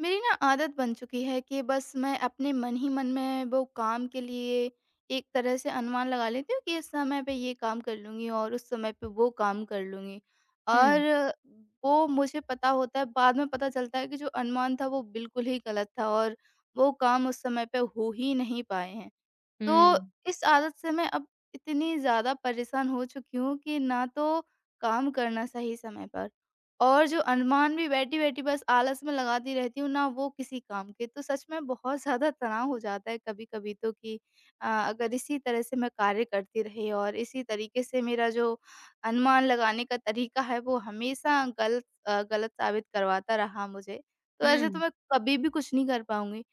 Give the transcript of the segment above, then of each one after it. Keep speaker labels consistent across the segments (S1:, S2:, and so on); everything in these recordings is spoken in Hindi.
S1: मेरी ना आदत बन चुकी है कि बस मैं अपने मन ही मन में वो काम के लिए एक तरह से अनुमान लगा लेती हूँ कि इस समय पे ये काम कर लूँगी और उस समय पे वो काम कर लूँगी। और
S2: हुँ,
S1: वो मुझे पता होता है बाद में पता चलता है कि जो अनुमान था वो बिल्कुल ही गलत था और वो काम उस समय पे हो ही नहीं पाए हैं। तो
S2: हुँ,
S1: इस आदत से मैं अब इतनी ज़्यादा परेशान हो चुकी हूँ कि ना तो काम करना सही समय पर और जो अनुमान भी बैठी-बैठी बस आलस में लगाती रहती हूँ ना वो किसी काम के। तो सच में बहुत ज़्यादा तनाव हो जाता है कभी-कभी तो कि अगर इसी तरह से मैं कार्य करती रही और इसी तरीके से मेरा जो अनुमान लगाने का तरीका है वो हमेशा गलत साबित करवाता रहा मुझे। तो ऐसे तो
S2: हुँ,
S1: मैं कभी भी कुछ नहीं कर पाऊँगी।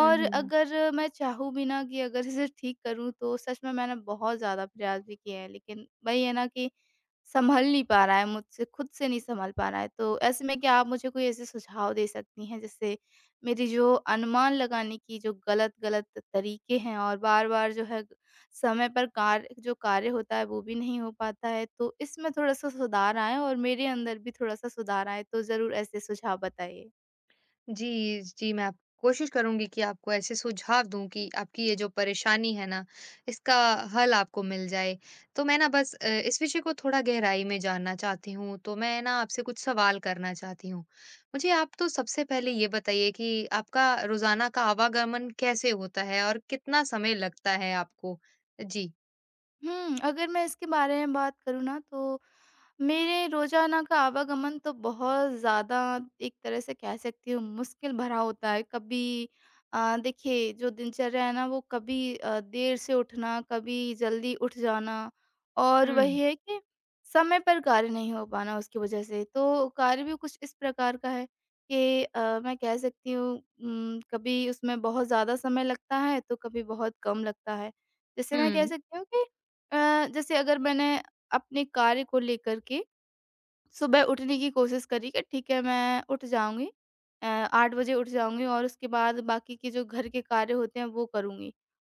S2: हुँ, हुँ।
S1: अगर मैं चाहूँ भी ना कि अगर इसे ठीक करूँ तो सच में मैंने बहुत ज़्यादा प्रयास भी किए हैं लेकिन वही है ना कि सँभल नहीं पा रहा है मुझसे, खुद से नहीं सँभल पा रहा है। तो ऐसे में क्या आप मुझे कोई ऐसे सुझाव दे सकती हैं, जिससे मेरी जो अनुमान लगाने की जो गलत-गलत तरीके हैं और बार-बार जो है समय पर कार्य जो कार्य होता है वो भी नहीं हो पाता है। तो इसमें थोड़ा-सा सुधार आए और मेरे अंदर भी थोड़ा-सा सुधार आए तो ज़रूर ऐसे सुझाव बताइए।
S2: जी, जी, मैं आप कोशिश करूँगी कि आपको ऐसे सुझाव दूँ कि आपकी ये जो परेशानी है ना, इसका हल आपको मिल जाए। तो मैं ना बस इस विषय को थोड़ा गहराई में जानना चाहती हूँ, तो मैं ना आपसे कुछ सवाल करना चाहती हूँ। मुझे आप तो सबसे पहले ये बताइए कि आपका रोज़ाना का आवागमन कैसे होता है और कितना समय लगता है आपको? जी।
S1: हुँ, अगर मैं इसके बारे में बात करूँ ना तो मेरे रोज़ाना का आवागमन तो बहुत ज़्यादा एक तरह से कह सकती हूँ मुश्किल भरा होता है। कभी देखिए जो दिनचर्या है ना वो कभी देर से उठना, कभी जल्दी उठ जाना और
S2: हुँ,
S1: वही है कि समय पर कार्य नहीं हो पाना उसकी वज़ह से। तो कार्य भी कुछ इस प्रकार का है कि मैं कह सकती हूँ, कभी उसमें बहुत ज़्यादा समय लगता है, तो कभी बहुत कम लगता है। जैसे मैं कह
S2: हुँ,
S1: सकती हूँ कि जैसे अगर मैंने अपने कार्य को लेकर के सुबह उठने की कोशिश करी कि ठीक है मैं उठ जाऊँगी, 8 बजे उठ जाऊँगी और उसके बाद बाकी के जो घर के कार्य होते हैं वो करूँगी।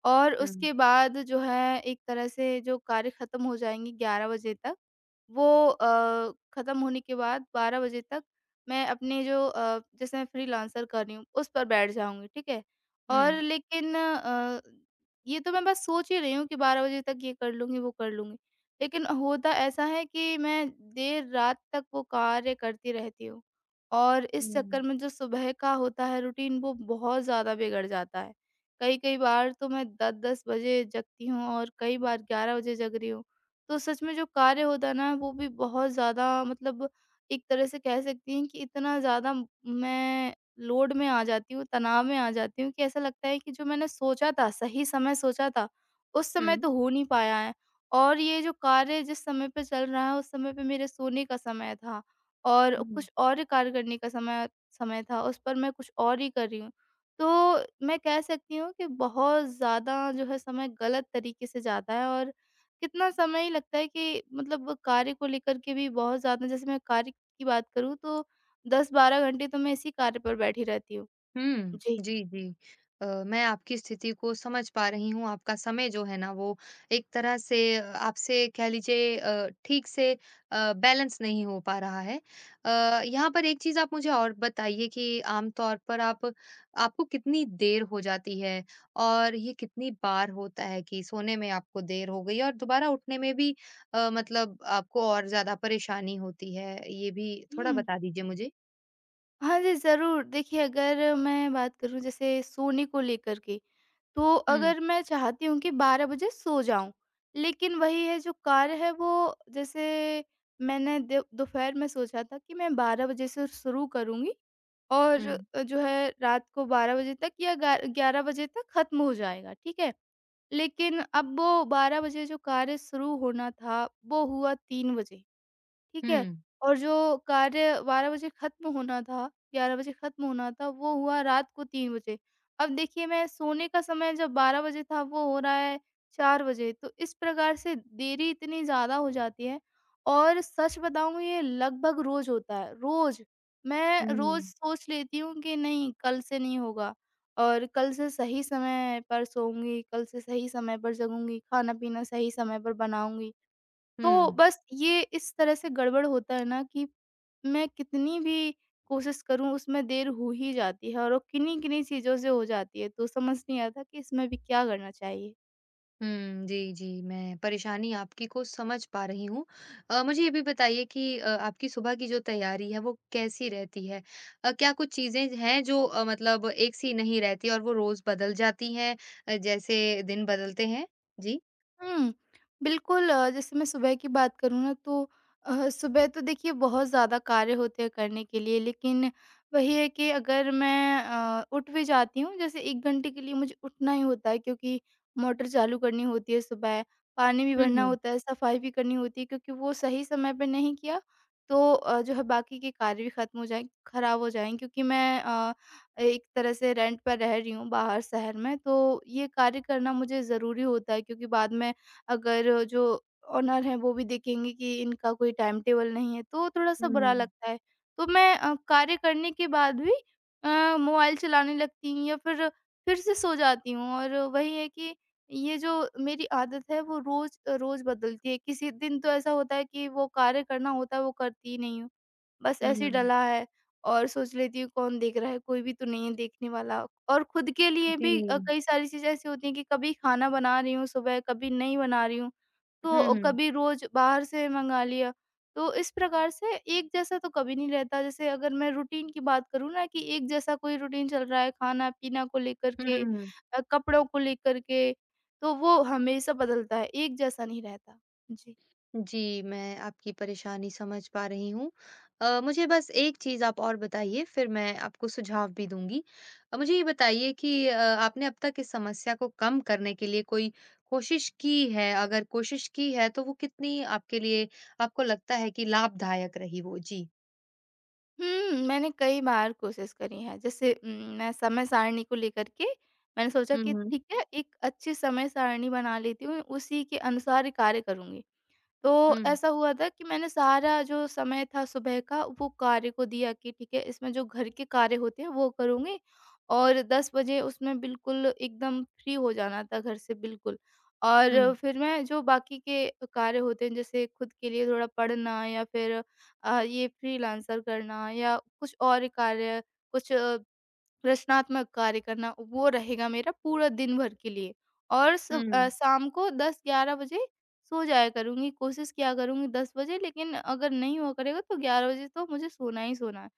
S1: और
S2: हुँ,
S1: उसके बाद जो है एक तरह से जो कार्य ख़त्म हो जाएँगे 11 बजे तक, वो ख़त्म होने के बाद 12 बजे तक मैं अपने जो जैसे मैं फ्रीलांसर कर रही हूँ उस पर बैठ जाऊँगी, ठीक है। और
S2: हुँ,
S1: लेकिन ये तो मैं बस सोच ही रही हूँ कि 12 बजे तक ये कर लूँगी, वो कर लूँगी। लेकिन होता ऐसा है कि मैं देर रात तक वो कार्य करती रहती हूँ और इस चक्कर
S2: हुँ,
S1: में जो सुबह का होता है रूटीन वो बहुत ज़्यादा बिगड़ जाता है। कई-कई बार तो मैं 10-10 बजे जगती हूँ और कई बार 11 बजे जग रही हूँ। तो सच में जो कार्य होता है ना वो भी बहुत ज़्यादा, मतलब एक तरह से कह सकती हैं कि इतना ज़्यादा मैं लोड में आ जाती हूँ, तनाव में आ जाती हूँ कि ऐसा लगता है कि जो मैंने सोचा था, सही समय सोचा था, उस समय
S2: हुँ,
S1: तो हो नहीं पाया है। और ये जो कार्य जिस समय पे चल रहा है उस समय पे मेरे सोने का समय था और
S2: हुँ।
S1: कुछ और कार्य करने का समय समय था, उस पर मैं कुछ और ही कर रही हूँ। तो मैं कह सकती हूँ कि बहुत ज़्यादा जो है समय गलत तरीके से जाता है और कितना समय ही लगता है कि मतलब वो कार्य को लेकर के भी बहुत ज़्यादा, जैसे मैं कार्य की बात करूँ तो 10-12 घंटे तो मैं इसी कार्य पर बैठी रहती हूँ।
S2: हुँ।
S1: जी।
S2: जी, जी। मैं आपकी स्थिति को समझ पा रही हूँ, आपका समय जो है ना वो एक तरह से आपसे कह लीजिए ठीक से बैलेंस नहीं हो पा रहा है। यहाँ पर एक चीज़ आप मुझे और बताइए कि आम तौर पर आप आपको कितनी देर हो जाती है? और ये कितनी बार होता है कि सोने में आपको देर हो गई और दोबारा उठने में भी मतलब आपको और ज़्यादा परेशानी होती है? ये भी थोड़ा
S1: हुँ।
S2: बता दीजिए मुझे।
S1: हाँ जी, ज़रूर। देखिए अगर मैं बात करूँ जैसे सोने को लेकर के, तो
S2: हुँ,
S1: अगर मैं चाहती हूँ कि 12 बजे सो जाऊँ, लेकिन वही है जो कार्य है वो, जैसे मैंने दे दोपहर में सोचा था कि मैं 12 बजे से शुरू करूँगी और
S2: हुँ,
S1: जो है रात को 12 बजे तक या ग्या 11 बजे तक ख़त्म हो जाएगा, ठीक है? लेकिन अब वो 12 बजे जो कार्य शुरू होना था, वो हुआ 3 बजे। ठीक है?
S2: हुँ।
S1: और जो कार्य 12 बजे ख़त्म होना था, 11 बजे ख़त्म होना था, वो हुआ रात को 3 बजे। अब देखिए मैं सोने का समय जब 12 बजे था, वो हो रहा है 4 बजे, तो इस प्रकार से देरी इतनी ज़्यादा हो जाती है। और सच बताऊँ ये लगभग रोज़ होता है, रोज़। मैं रोज़
S2: हुँ।
S1: सोच लेती हूँ कि नहीं, कल से नहीं होगा और कल से सही समय पर सोऊँगी, कल से सही समय पर जगूँगी, खाना-पीना सही समय पर बनाऊँगी। तो
S2: हुँ।
S1: बस ये इस तरह से गड़बड़ होता है ना कि मैं कितनी भी कोशिश करूँ उसमें देर हो ही जाती है और वो किन्हीं-किन्हीं चीज़ों से हो जाती है, तो समझ नहीं आता कि इसमें भी क्या करना चाहिए?
S2: हुँ, जी, जी, मैं परेशानी आपकी को समझ पा रही हूँ। मुझे ये भी बताइए कि आपकी सुबह की जो तैयारी है वो कैसी रहती है? क्या कुछ चीज़ें हैं जो मतलब एक सी नहीं रहती और वो रोज़ बदल जाती हैं जैसे दिन बदलते हैं? जी।
S1: हुँ। बिल्कुल, जैसे मैं सुबह की बात करूँ ना तो सुबह तो देखिए बहुत ज़्यादा कार्य होते हैं करने के लिए, लेकिन वही है कि अगर मैं उठ भी जाती हूँ जैसे 1 घंटे के लिए, मुझे उठना ही होता है क्योंकि मोटर चालू करनी होती है सुबह, पानी भी
S2: हुँ,
S1: भरना
S2: हुँ।
S1: होता है, सफाई भी करनी होती है क्योंकि वो सही समय पे नहीं किया तो जो है बाकी के कार्य भी ख़त्म हो जाएँ, ख़राब हो जाएँ, क्योंकि मैं एक तरह से रेंट पर रह रही हूँ बाहर शहर में, तो ये कार्य करना मुझे ज़रूरी होता है क्योंकि बाद में अगर जो ओनर हैं वो भी देखेंगे कि इनका कोई टाइम टेबल नहीं है तो थोड़ा-सा
S2: हुँ,
S1: बुरा
S2: हुँ।
S1: लगता है। तो मैं कार्य करने के बाद भी मोबाइल चलाने लगती हूँ या फिर से सो जाती हूँ और वही है कि ये जो मेरी आदत है वो रोज़ रोज़ बदलती है। किसी दिन तो ऐसा होता है कि वो कार्य करना होता है वो करती ही नहीं हूँ। बस
S2: हुँ,
S1: ऐसे ही
S2: हुँ।
S1: डला है और सोच लेती हूँ कौन देख रहा है, कोई भी तो नहीं है देखने वाला। और खुद के लिए
S2: जी।
S1: भी कई सारी चीज़ें ऐसी होती हैं कि कभी खाना बना रही हूँ सुबह, कभी नहीं बना रही हूँ,
S2: हुँ,
S1: तो
S2: हुँ।
S1: कभी रोज़ बाहर से मँगा लिया। तो इस प्रकार से एक जैसा तो कभी नहीं रहता। जैसे अगर मैं रूटीन की बात करूँ ना कि एक जैसा कोई रूटीन चल रहा है खाना-पीना को लेकर
S2: हुँ, हुँ,
S1: के,
S2: हुँ।
S1: कपड़ों को लेकर के, तो वो हमेशा बदलता है, एक जैसा नहीं रहता। जी।
S2: जी, मैं आपकी परेशानी समझ पा रही हूँ। मुझे बस एक चीज़ आप और बताइए फिर मैं आपको सुझाव भी दूँगी। मुझे ये बताइए कि आपने अब तक इस समस्या को कम करने के लिए कोई कोशिश की है? अगर कोशिश की है तो वो कितनी आपके लिए आपको लगता है कि लाभदायक रही वो? जी।
S1: हुँ, मैंने कई बार कोशिश करी है। जैसे, मैं समय सारणी को लेकर के, मैंने सोचा
S2: हुँ,
S1: कि
S2: हुँ।
S1: ठीक है, एक अच्छी समय सारणी बना लेती हूँ, उसी के अनुसार ही कार्य करूँगी। तो
S2: हुँ।
S1: ऐसा हुआ था कि मैंने सारा जो समय था सुबह का वो कार्य को दिया कि ठीक है इसमें जो घर के कार्य होते हैं वो करूँगी और 10 बजे उसमें बिल्कुल एकदम फ्री हो जाना था घर से बिल्कुल। और
S2: हुँ।
S1: फिर मैं जो बाकी के कार्य होते हैं जैसे खुद के लिए थोड़ा पढ़ना या फिर ये फ्रीलांसर करना या कुछ और कार्य, कुछ रचनात्मक कार्य करना, वो रहेगा मेरा पूरा दिन भर के लिए और
S2: हुँ।
S1: शाम को 10-11 बजे सो जाया करूँगी, कोशिश किया करूँगी 10 बजे, लेकिन अगर नहीं हुआ करेगा तो 11 बजे तो मुझे सोना ही सोना है।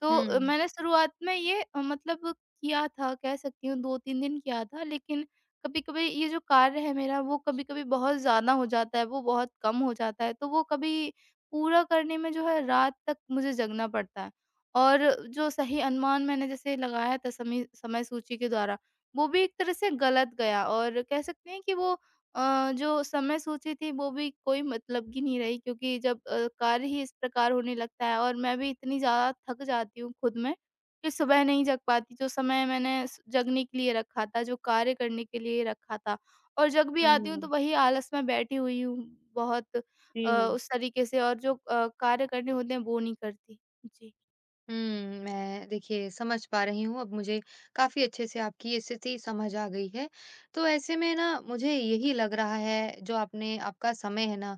S1: तो
S2: हुँ।
S1: मैंने शुरुआत में ये मतलब किया था, कह सकती हूँ 2-3 दिन किया था, लेकिन कभी-कभी ये जो कार्य है मेरा वो कभी-कभी बहुत ज़्यादा हो जाता है, वो बहुत कम हो जाता है, तो वो कभी पूरा करने में जो है रात तक मुझे जगना पड़ता है। और जो सही अनुमान मैंने जैसे लगाया था समय समय सूची के द्वारा, वो भी एक तरह से गलत गया और कह सकते हैं कि वो जो समय सोची थी वो भी कोई मतलब की नहीं रही, क्योंकि जब कार्य ही इस प्रकार होने लगता है और मैं भी इतनी ज़्यादा थक जाती हूँ खुद में कि सुबह नहीं जग पाती। जो समय मैंने स जगने के लिए रखा था, जो कार्य करने के लिए रखा था, और जग भी आती हूँ तो
S2: हुँ।
S1: वही आलस में बैठी हुई हूँ बहुत,
S2: जी।
S1: उस तरीके से और जो कार्य करने होते हैं वो नहीं करती। जी।
S2: हुँ, मैं देखिए समझ पा रही हूँ, अब मुझे काफ़ी अच्छे से आपकी ये स्थिति समझ आ गई है। तो ऐसे में ना मुझे यही लग रहा है जो आपने आपका समय है ना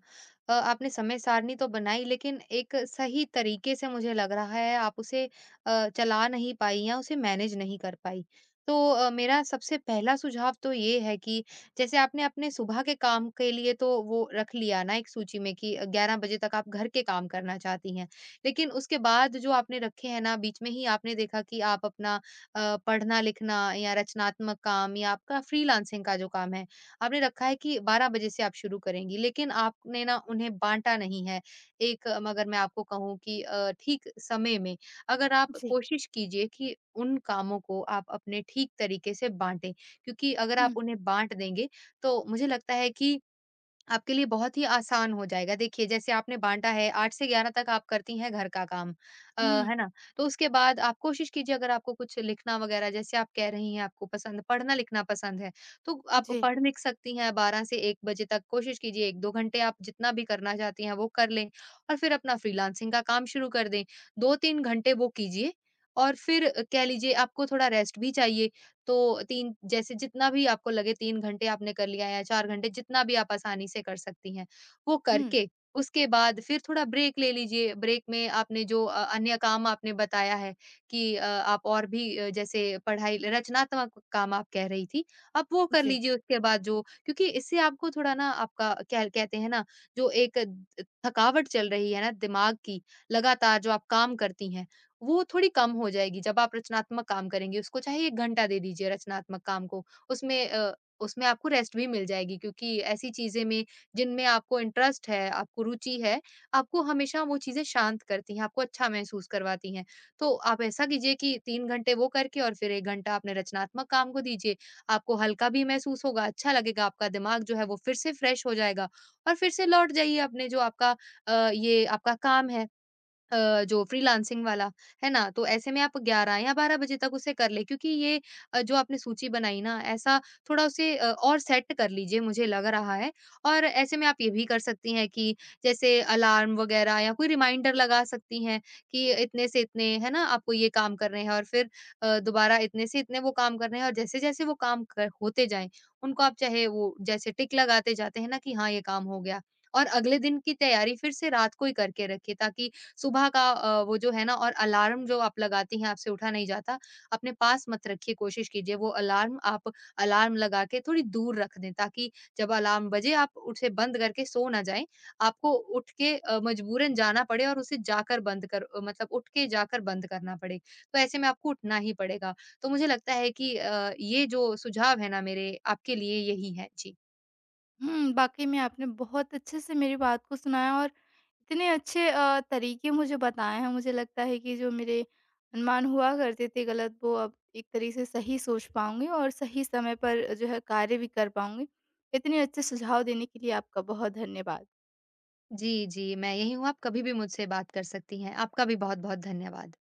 S2: आपने समय सारणी तो बनाई लेकिन एक सही तरीके से मुझे लग रहा है आप उसे चला नहीं पाई या उसे मैनेज नहीं कर पाई। तो मेरा सबसे पहला सुझाव तो ये है कि जैसे आपने अपने सुबह के काम के लिए तो वो रख लिया ना एक सूची में कि 11 बजे तक आप घर के काम करना चाहती हैं। लेकिन उसके बाद जो आपने रखे हैं ना, बीच में ही आपने देखा कि आप अपना पढ़ना-लिखना या रचनात्मक काम या आपका फ्रीलांसिंग का जो काम है, आपने रखा है कि 12 बजे से आप शुरू करेंगी, लेकिन आपने ना उन्हें बाँटा नहीं है। अगर मैं आपको कहूँ कि ठीक समय में अगर आप
S1: जी।
S2: कोशिश कीजिए कि उन कामों को आप अपने ठीक तरीके से बाँटें, क्योंकि अगर आप
S1: हुँ,
S2: उन्हें बाँट देंगे, तो मुझे लगता है कि आपके लिए बहुत ही आसान हो जाएगा। देखिए, जैसे आपने बाँटा है 8 से 11 तक आप करती हैं घर का काम,
S1: हुँ।
S2: है ना? तो उसके बाद आप कोशिश कीजिए अगर आपको कुछ लिखना वग़ैरह जैसे आप कह रही हैं आपको पसंद पढ़ना-लिखना पसंद है, तो आप
S1: जी।
S2: पढ़-लिख सकती हैं 12 से 1 बजे तक। कोशिश कीजिए 1-2 घंटे आप जितना भी करना चाहती हैं वो कर लें और फिर अपना फ्रीलांसिंग का काम शुरू कर दें। 2-3 घंटे वो कीजिए और फिर कह लीजिए आपको थोड़ा रेस्ट भी चाहिए। तो 3 जैसे जितना भी आपको लगे 3 घंटे आपने कर लिया या 4 घंटे जितना भी आप आसानी से कर सकती हैं, वो
S1: हुँ।
S2: करके उसके बाद फिर थोड़ा ब्रेक ले लीजिए। ब्रेक में आपने जो अन्य काम आपने बताया है कि आप और भी जैसे पढ़ाई रचनात्मक काम आप कह रही थी, आप वो कर
S1: जी।
S2: लीजिए उसके बाद जो क्योंकि इससे आपको थोड़ा ना आपका क्या कहते हैं ना, जो एक द थकावट चल रही है ना दिमाग की, लगातार जो आप काम करती हैं, वो थोड़ी कम हो जाएगी जब आप रचनात्मक काम करेंगे। उसको चाहे 1 घंटा दे दीजिए रचनात्मक काम को। उसमें अ, उसमें आपको रेस्ट भी मिल जाएगी क्योंकि ऐसी चीज़ें में जिनमें आपको इंटरेस्ट है, आपको रुचि है, आपको हमेशा वो चीज़ें शांत करती हैं, आपको अच्छा महसूस करवाती हैं। तो आप ऐसा कीजिए कि 3 घंटे वो करके और फिर 1 घंटा अपने रचनात्मक काम को दीजिए। आपको हल्का भी महसूस होगा, अच्छा लगेगा, आपका दिमाग जो है वो फिर से फ्रेश हो जाएगा और फिर से लौट जाइए अपने जो आपका ये आपका काम है। जो फ्रीलांसिंग वाला, है ना? तो ऐसे में आप 11 या 12 बजे तक उसे कर लें क्योंकि ये जो आपने सूची बनाई ना, ऐसा थोड़ा उसे और सेट कर लीजिए, मुझे लग रहा है। और ऐसे में आप ये भी कर सकती हैं कि जैसे अलार्म वगैरह या कोई रिमाइंडर लगा सकती हैं कि इतने से इतने, है ना, आपको ये काम करने हैं और फिर दोबारा इतने से इतने वो काम करने हैं और जैसे-जैसे वो काम कर होते जाएँ, उनको आप चाहे वो जैसे टिक लगाते जाते हैं ना कि हाँ, ये काम हो गया। और अगले दिन की तैयारी फिर से रात को ही करके रखिए ताकि सुबह का वो जो है ना और अलार्म जो आप लगाती हैं, आपसे उठा नहीं जाता, अपने पास मत रखिए, कोशिश कीजिए वो अलार्म आप अलार्म लगा के थोड़ी दूर रख दें, ताकि जब अलार्म बजे आप उसे बंद करके सो ना जाएँ। आपको उठ के मजबूरन जाना पड़े और उसे जाकर बंद मतलब उठ के जाकर बंद करना पड़े, तो ऐसे में आपको उठना ही पड़ेगा। तो मुझे लगता है कि ये जो सुझाव है ना मेरे, आपके लिए यही हैं। जी।
S1: हुँ, वाक़ई में आपने बहुत अच्छे से मेरी बात को सुनाया और इतने अच्छे तरीके मुझे बताए हैं, मुझे लगता है कि जो मेरे अनुमान हुआ करते थे गलत, वो अब एक तरीके से सही सोच पाऊँगी और सही समय पर जो है कार्य भी कर पाऊँगी। इतने अच्छे सुझाव देने के लिए आपका बहुत धन्यवाद।
S2: जी, जी, मैं यहीं हूँ, आप कभी भी मुझसे बात कर सकती हैं। आपका भी बहुत-बहुत धन्यवाद।